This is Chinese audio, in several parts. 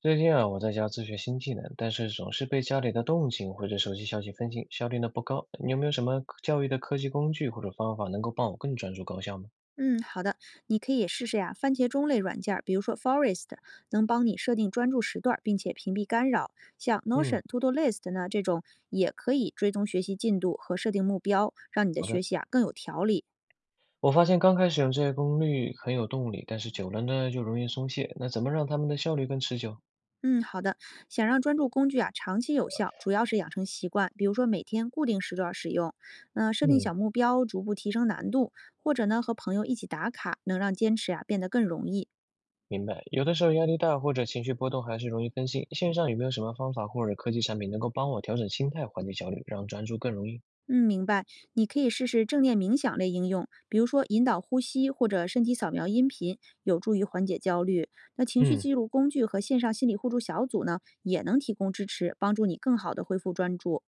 最近啊，我在家自学新技能，但是总是被家里的动静或者手机消息分心，效率呢不高。你有没有什么科教育的科技工具或者方法能够帮我更专注高效吗？嗯，好的，你可以试试呀，番茄钟类软件儿比如说 Forest，能帮你设定专注时段儿并且屏蔽干扰。像 Notion、嗯，To Do List 呢这种，也可以追踪学习进度和设定目标，让你的好学的，习啊更有条理。我发现刚开始用这些功率很有动力，但是久了呢就容易松懈。那怎么让他们的效率更持久？嗯，好的。想让专注工具啊长期有效，主要是养成习惯，比如说每天固定时段儿使用，嗯、设定嗯，小目标，逐步提升难度，或者呢和朋友一起打卡，能让坚持啊变得更容易。明白，有的时候压力大或者情绪波动还是容易分心。线上有没有什么方法或者科技产品能够帮我调整心态，缓解焦虑，让专注更容易？嗯，明白。你可以试试正念冥想类应用，比如说引导呼吸或者身体扫描音频，有助于缓解焦虑。那情绪嗯。记录工具和线上心理互助小组呢，也能提供支持，帮助你更好的恢复专注。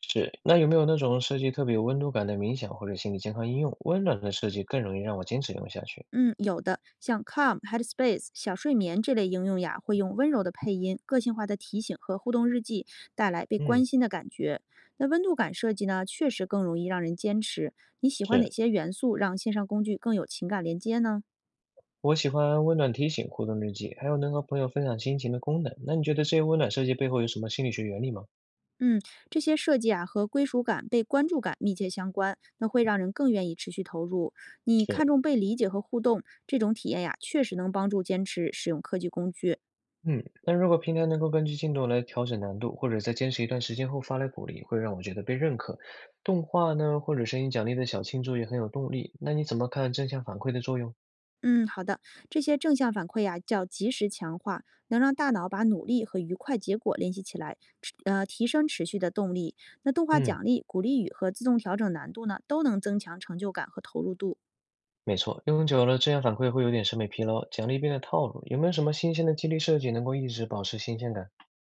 是，那有没有那种设计特别有温度感的冥想或者心理健康应用？温暖的设计更容易让我坚持用下去。嗯，有的，像 Calm、Headspace、小睡眠这类应用呀，会用温柔的配音、个性化的提醒和互动日记，带来被嗯，关心的感觉。那温度感设计呢，确实更容易让人坚持。你喜欢哪是，些元素让线上工具更有情感连接呢？我喜欢温暖提醒、互动日记，还有能和朋友分享心情的功能。那你觉得这些温暖设计背后有什么心理学原理吗？嗯，这些设计啊和归属感、被关注感密切相关，那会让人更愿意持续投入。你看是，重被理解和互动，这种体验呀，确实能帮助坚持使用科技工具。嗯，那如果平台能够根据进度来调整难度，或者在坚持一段时间后发来鼓励，会让我觉得被认可。动画呢，或者声音奖励的小庆祝也很有动力。那你怎么看正向反馈的作用？嗯，好的，这些正向反馈呀叫及时强化，能让大脑把努力和愉快结果联系起来，提升持续的动力。那动画嗯。奖励、鼓励语和自动调整难度呢，都能增强成就感和投入度。没错，用久了这样反馈会有点审美疲劳，奖励变得套路。有没有什么新鲜的激励设计能够一直保持新鲜感？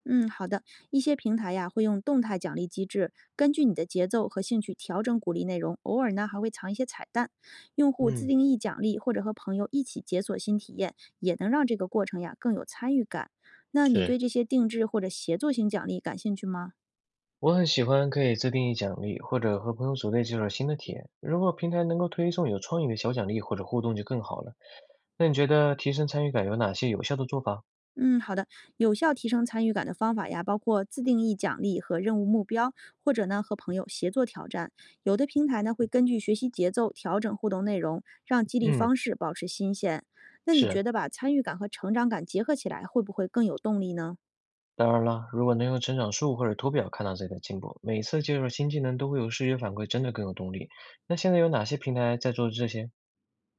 嗯，好的。一些平台呀会用动态奖励机制，根据你的节奏和兴趣调整鼓励内容，偶尔呢还会藏一些彩蛋。用户自嗯，定义奖励或者和朋友一起解锁新体验，也能让这个过程呀更有参与感。那你对是，这些定制或者协作型奖励感兴趣吗？我很喜欢可以自定义奖励，或者和朋友组队解锁新的体验。如果平台能够推送有创意的小奖励或者互动就更好了。那你觉得提升参与感有哪些有效的做法？嗯，好的。有效提升参与感的方法呀，包括自定义奖励和任务目标，或者呢和朋友协作挑战。有的平台呢会根据学习节奏调整互动内容，让激励嗯，方式保持新鲜。那你觉是，得把参与感和成长感结合起来，会不会更有动力呢？当然了，如果能用成长树或者图表看到自己的进步，每次接触新技能都会有视觉反馈，真的更有动力。那现在有哪些平台在做这些？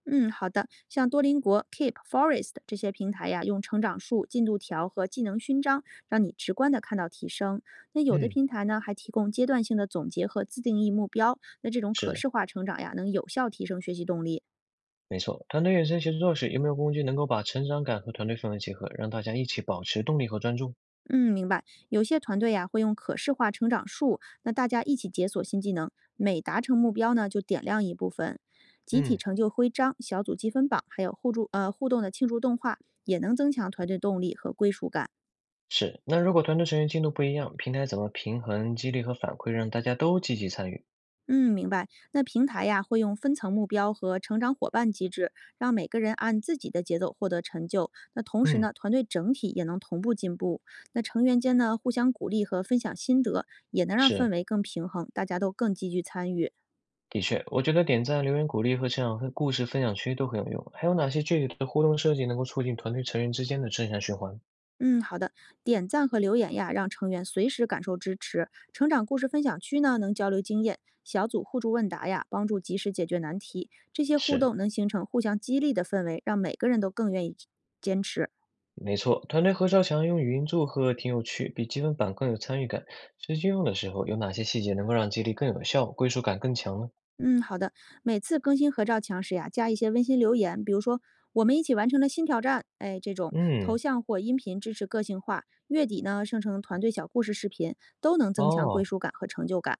嗯，好的。像多邻国、Keep、Forest 这些平台呀，用成长树、进度条和技能勋章，让你直观的看到提升。那有的嗯，平台呢，还提供阶段性的总结和自定义目标。那这种可是。视化成长呀，能有效提升学习动力。没错，团队远程协作时，有没有工具能够把成长感和团队氛围结合，让大家一起保持动力和专注？嗯，明白。有些团队呀，会用可视化成长树，那大家一起解锁新技能，每达成目标呢，就点亮一部分。集体嗯，成就徽章、小组积分榜，还有互动的庆祝动画，也能增强团队动力和归属感。是，那如果团队成员进度不一样，平台怎么平衡激励和反馈，让大家都积极参与？嗯，明白。那平台呀，会用分层目标和成长伙伴机制，让每个人按自己的节奏获得成就。那同时嗯，呢，团队整体也能同步进步。那成员间呢，互相鼓励和分享心得，也能让氛是，围更平衡，大家都更积极参与。的确，我觉得点赞、留言鼓励和成长分故事分享区都很有用。还有哪些具体的互动设计能够促进团队成员之间的正向循环？嗯，好的。点赞和留言呀，让成员随时感受支持。成长故事分享区呢，能交流经验；小组互助问答呀，帮助及时解决难题。这些互是，动能形成互相激励的氛围，让每个人都更愿意坚持。没错，团队合照墙用语音祝贺挺有趣，比积分板更有参与感。实际用的时候，有哪些细节能够让激励更有效，归属感更强呢？嗯，好的。每次更新合照墙时呀，加一些温馨留言，比如说“我们一起完成了新挑战”，哎，这种头嗯，像或音频支持个性化。月底呢，生成团队小故事视频，都能增强归哦，属感和成就感。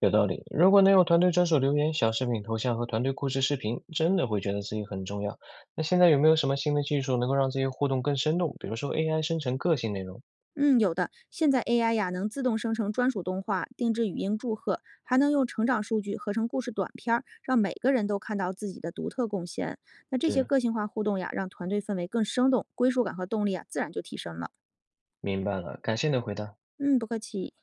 有道理。如果能有团队专属留言、小视频头像和团队故事视频，真的会觉得自己很重要。那现在有没有什么新的技术能够让这些互动更生动？比如说 AI 生成个性内容？嗯，有的。现在 AI 呀，能自动生成专属动画、定制语音祝贺，还能用成长数据合成故事短片儿，让每个人都看到自己的独特贡献。那这些是，个性化互动呀，让团队氛围更生动，归属感和动力啊，自然就提升了。明白了，感谢你的回答。嗯，不客气。